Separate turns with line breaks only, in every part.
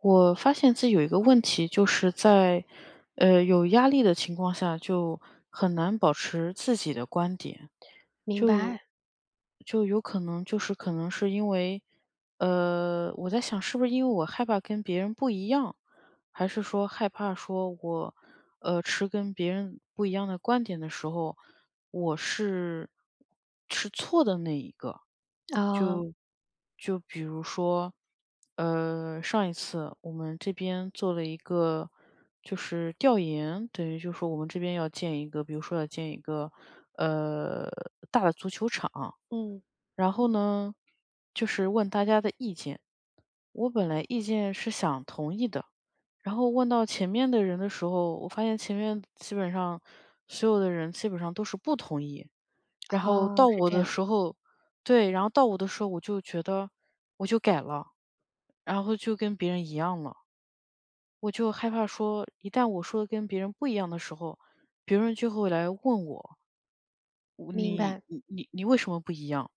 我发现自己有一个问题，就是在，有压力的情况下，就很难保持自己的观点，
明
就
白，
就有可能就是可能是因为，我在想是不是因为我害怕跟别人不一样，还是说害怕说我，持跟别人不一样的观点的时候，我是错的那一个？
啊，
就就比如说，上一次我们这边做了一个就是调研，等于就是说我们这边要建一个，比如说要建一个呃大的足球场，
嗯。
然后呢，就是问大家的意见。我本来意见是想同意的，然后问到前面的人的时候，我发现前面基本上所有的人基本上都是不同意。然后
哦，
到
是
我
这
的
样，
时候对，然后到我的时候我就觉得我就改了，然后就跟别人一样了。我就害怕说，一旦我说的跟别人不一样的时候，别人就会来问我。我
明
你
白，
你你你为什么不一样？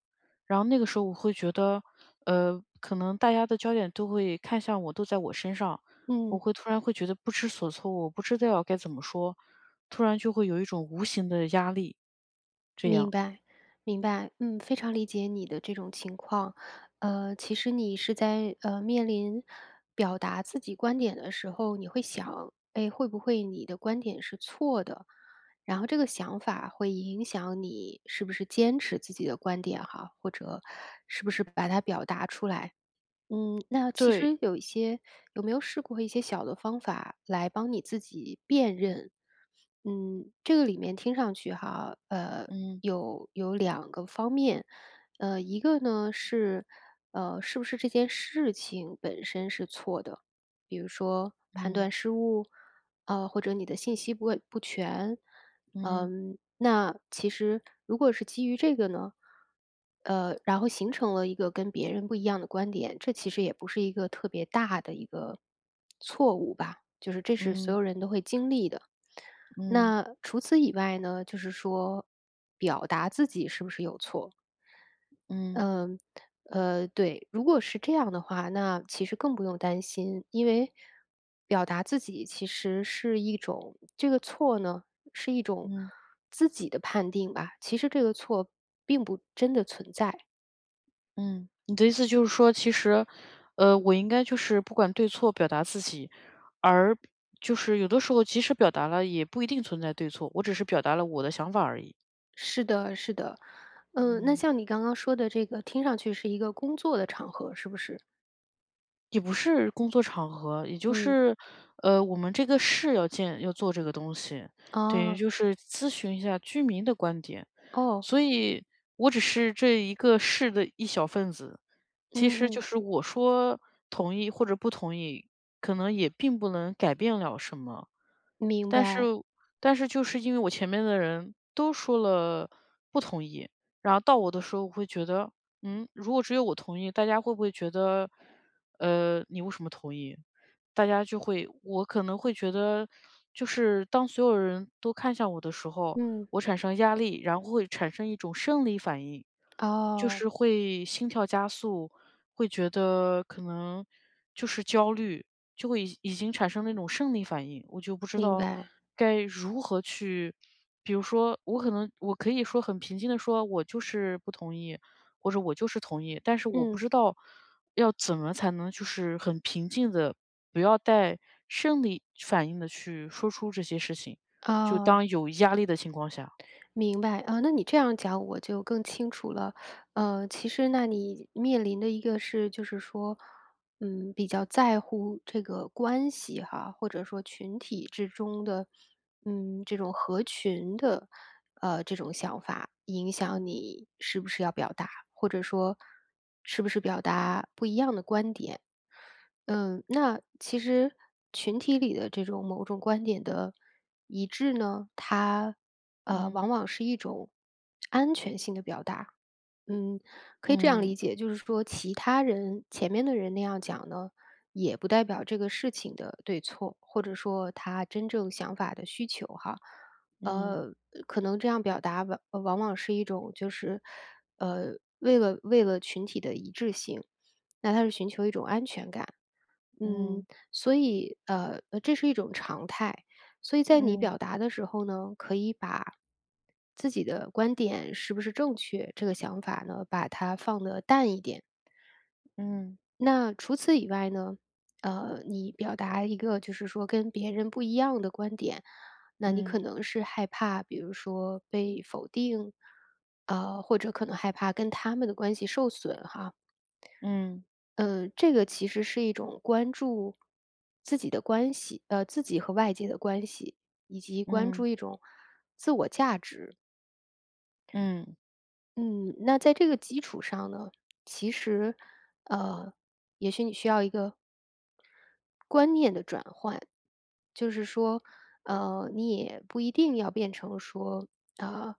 然后那个时候我会觉得，可能大家的焦点都会看向我，都在我身上，我
嗯，
会突然会觉得不知所措，我不知道该怎么说，突然就会有一种无形的压力，这
明
样，
白，明白，嗯，非常理解你的这种情况。其实你是在，面临表达自己观点的时候，你会想，哎，会不会你的观点是错的？然后这个想法会影响你是不是坚持自己的观点哈，或者是不是把它表达出来。嗯，那其
对，
实有一些有没有试过一些小的方法来帮你自己辨认？嗯，这个里面听上去哈，
嗯
有两个方面，一个呢是，是不是这件事情本身是错的，比如说判
嗯
断失误，啊，或者你的信息不全，
嗯
嗯，那其实如果是基于这个呢，然后形成了一个跟别人不一样的观点，这其实也不是一个特别大的一个错误吧，就是这是所
嗯
有人都会经历的。
嗯
那除此以外呢，就是说表达自己是不是有错？
嗯嗯
对，如果是这样的话，那其实更不用担心，因为表达自己其实是一种这个错呢，是一种
嗯。
自己的判定吧。其实这个错并不真的存在。
嗯，你的意思就是说，其实，我应该就是不管对错表达自己，而就是有的时候即使表达了，也不一定存在对错，我只是表达了我的想法而已。
是的，是的。嗯，那
嗯。
像你刚刚说的这个，听上去是一个工作的场合，是不是？
也不是工作场合，也就
嗯。
是，我们这个市要做这个东西，等于
哦，
就是咨询一下居民的观点。
哦，
所以我只是这一个市的一小份子，其实
嗯
就
嗯，
是我说同意或者不同意，可能也并不能改变了什么。
明
但是
白，
但是就是因为我前面的人都说了不同意，然后到我的时候，我会觉得，如果只有我同意，大家会不会觉得，你为什么同意？大家就会，我可能会觉得，就是当所有人都看向我的时候，
嗯，
我产生压力，然后会产生一种生理反应，就
哦，
是会心跳加速，会觉得可能就是焦虑，就会已经产生那种生理反应，我就不知
明
道
白，
该如何去比如说我可以说很平静的说我就是不同意，或者我就是同意，但是我不
嗯，
知道要怎么才能就是很平静的，不要带生理反应的去说出这些事情，就
哦。
当有压力的情况下。
明白，啊，那你这样讲我就更清楚了。其实那你面临的一个是，就是说，嗯，比较在乎这个关系哈，或者说群体之中的，嗯，这种合群的，这种想法影响你是不是要表达，或者说是不是表达不一样的观点。嗯，那其实群体里的这种某种观点的一致呢，它
嗯，
往往是一种安全性的表达。嗯，可以这样
嗯，
理解，就是说其他人前面的人那样讲呢，也不代表这个事情的对错，或者说他真正想法的需求哈。
嗯，
呃，可能这样表达往往是一种就是，为了群体的一致性，那他是寻求一种安全感。嗯，
嗯，
所以这是一种常态。所以在你
嗯，
表达的时候呢，可以把自己的观点是不是正确这个想法呢，把它放得淡一点。
嗯，
那除此以外呢，你表达一个就是说跟别人不一样的观点，那你可能是害怕，比如说被否定，或者可能害怕跟他们的关系受损哈。
嗯，
嗯，这个其实是一种关注自己的关系，自己和外界的关系，以及关
嗯，
注一种
嗯，
嗯，那在这个基础上呢，其实，呃，也许你需要一个，就是说，你也不一定要变成说，啊，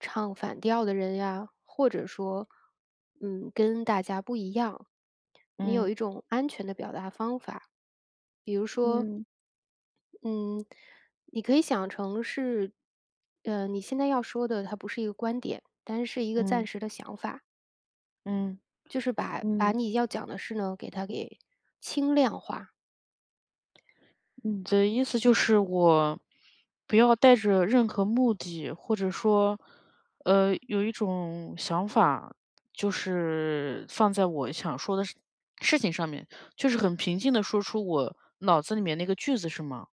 唱反调的人呀，或者说，跟大家不一样，你有
嗯，
一种安全的表达方法，比如说，
嗯，嗯，
嗯，你可以想成是，你现在要说的它不是一个观点，但是是一个
嗯，
暂
嗯
时的想法。
嗯。
就是把
嗯
你要讲的事呢，给它轻量化。
你的意思就是我不要带着任何目的，或者说，有一种想法，就是放在我想说的事情上面，就是很平静的说出我脑子里面那个句子是吗？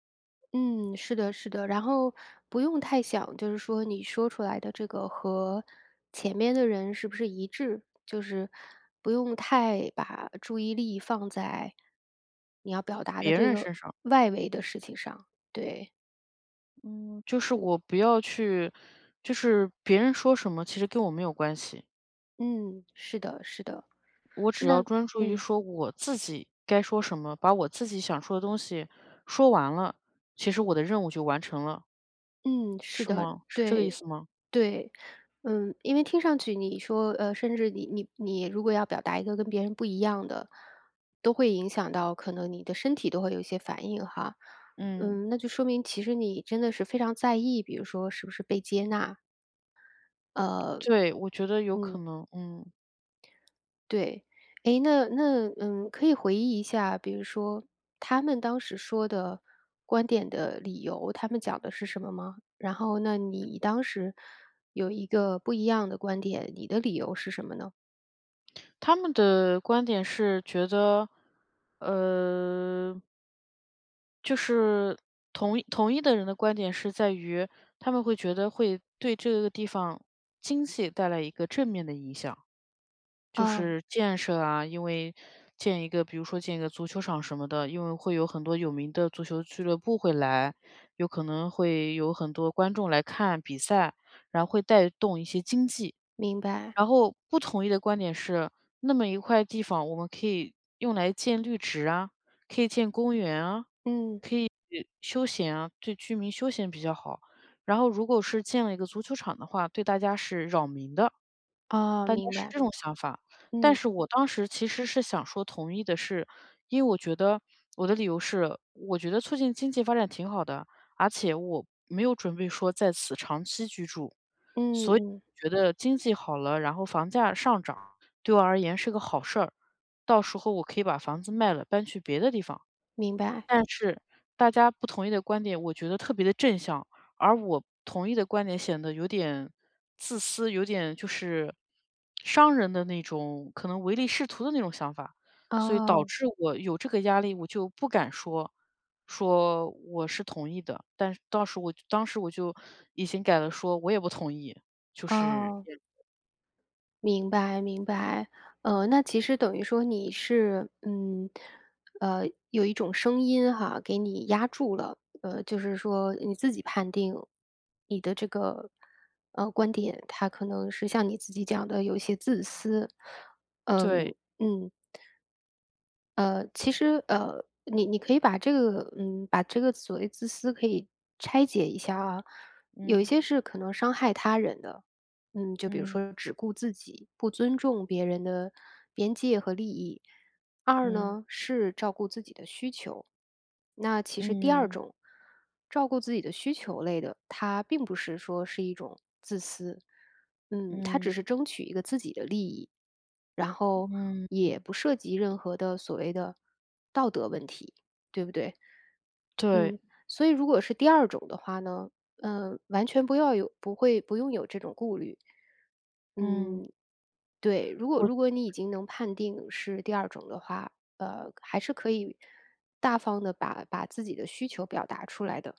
嗯，是的，是的。然后不用太想，就是说你说出来的这个和前面的人是不是一致，就是不用太把注意力放在你要表达的
别
这
人
个
身上，
外围的事情上。对，
嗯。就是我不要去就是别人说什么，其实跟我没有关系。
嗯，是的，是的。
我只要
那
专注于
嗯，
说我自己该说什么，把我自己想说的东西说完了，其实我的任务就完成了，
嗯，是
是
的，
吗？是这个意
对。
思吗？
对，嗯，因为听上去你说，甚至你如果要表达一个跟别人不一样的，都会影响到可能你的身体都会有一些反应哈。
嗯，
嗯，那就说明其实你真的是非常在意，比如说是不是被接纳，呃，
对，我觉得有可
嗯，
能。嗯，
对，诶，那可以回忆一下，比如说他们当时说的观点的理由，他们讲的是什么吗？然后那你当时有一个不一样的观点，你的理由是什么呢？
他们的观点是觉得，呃，就是同一的人的观点是在于，他们会觉得会对这个地方经济带来一个正面的影响。就
哦，
是建设啊，因为建一个比如说建一个足球场什么的，因为会有很多有名的足球俱乐部会来，有可能会有很多观众来看比赛，然后会带动一些经济。
明白，
然后不同意的观点是，那么一块地方我们可以用来建绿植啊，可以建公园啊，
嗯，
可以休闲啊，对居民休闲比较好。然后如果是建了一个足球场的话，对大家是扰民的。
哦，
大家
明
是
白，
这种想法。但
嗯，
是我当时其实是想说同意的是，因为我觉得我的理由是，我觉得促进经济发展挺好的，而且我没有准备说在此长期居住，
嗯
所以
嗯，
我觉得经济好了，然后房价上涨，对我而言是个好事儿。到时候我可以把房子卖了，搬去别的地方。
明白，
但是大家不同意的观点，我觉得特别的正向，而我同意的观点显得有点自私，有点就是商人的那种可能唯利是图的那种想法。所以导
哦，
致我有这个压力，我就不敢说，说我是同意的，但是当时我就已经改了说我也不同意，就是
哦。
这样
明白明白，那其实等于说你是，呃，有一种声音哈，给你压住了，就是说你自己判定你的这个，观点，它可能是像你自己讲的有一些自私，嗯
对，
嗯，其实你可以把这个，把这个所谓自私可以拆解一下啊，有一
嗯
些是可能伤害他人的。就比如
嗯，
说只顾自己，不尊重别人的边界和利益；二
嗯，
呢是照顾自己的需求。那其实第二
嗯，
种照顾自己的需求类的，它并不是说是一种自私，它只
嗯，
是争取一个自己的利益，然后
嗯，
也
嗯，
不涉及任何的所谓的道德问题，对不对？
对，
嗯，所以如果是第二种的话呢，完全不要有不会不用有这种顾虑。
嗯，
嗯，对，如果
我
如果你已经能判定是第二种的话，还是可以大方的把自己的需求表达出来的。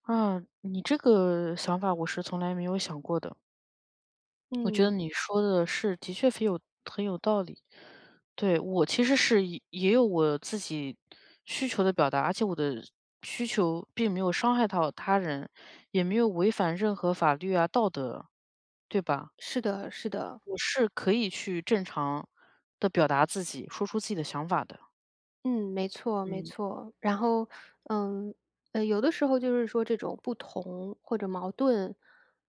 啊，你这个想法我是从来没有想过的。我觉得
嗯，
你说的是的确很有道理。对，我其实是也有我自己需求的表达，而且我的需求并没有伤害到他人，也没有违反任何法律啊、道德，对吧？
是的是的。
我是可以去正常的表达自己，说出自己的想法的。
嗯，没错没
嗯，
错。然后，嗯，有的时候就是说这种不同或者矛盾，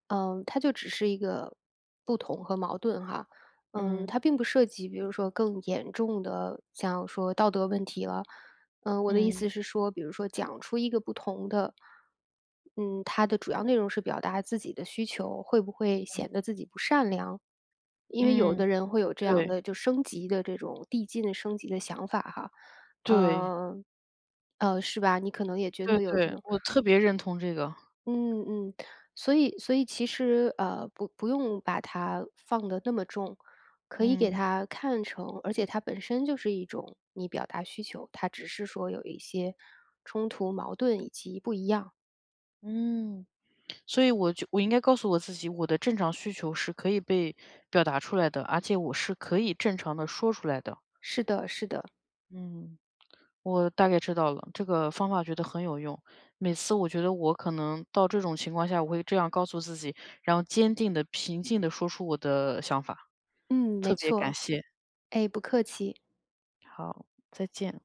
它就只是一个不同和矛盾哈，
嗯，
它并不涉及比如说更严重的，像说道德问题了。我的意
嗯，
思是说，比如说讲出一个不同的，嗯，它的主要内容是表达自己的需求，会不会显得自己不善良？因为有
嗯，
的人会有这样
对，
的就升级的这种递进升级的想法哈。
对，
呃，是吧？你可能也觉
对
得有这
对，
种
我特别认同这个，
嗯嗯，所以其实，不用把它放得那么重，可以给
嗯。
它看成而且它本身就是一种你表达需求，它只是说有一些
嗯，所以我应该告诉我自己，我的正常需求是可以被表达出来的，而且我是可以正常的说出来的。
是的是的，
嗯，我大概知道了，这个方法觉得很有用。每次我觉得我可能到这种情况下，我会这样告诉自己，然后坚定的、平静的说出我的想法。
嗯，没
特别感
错，
谢，
哎，不客气。
好，再见。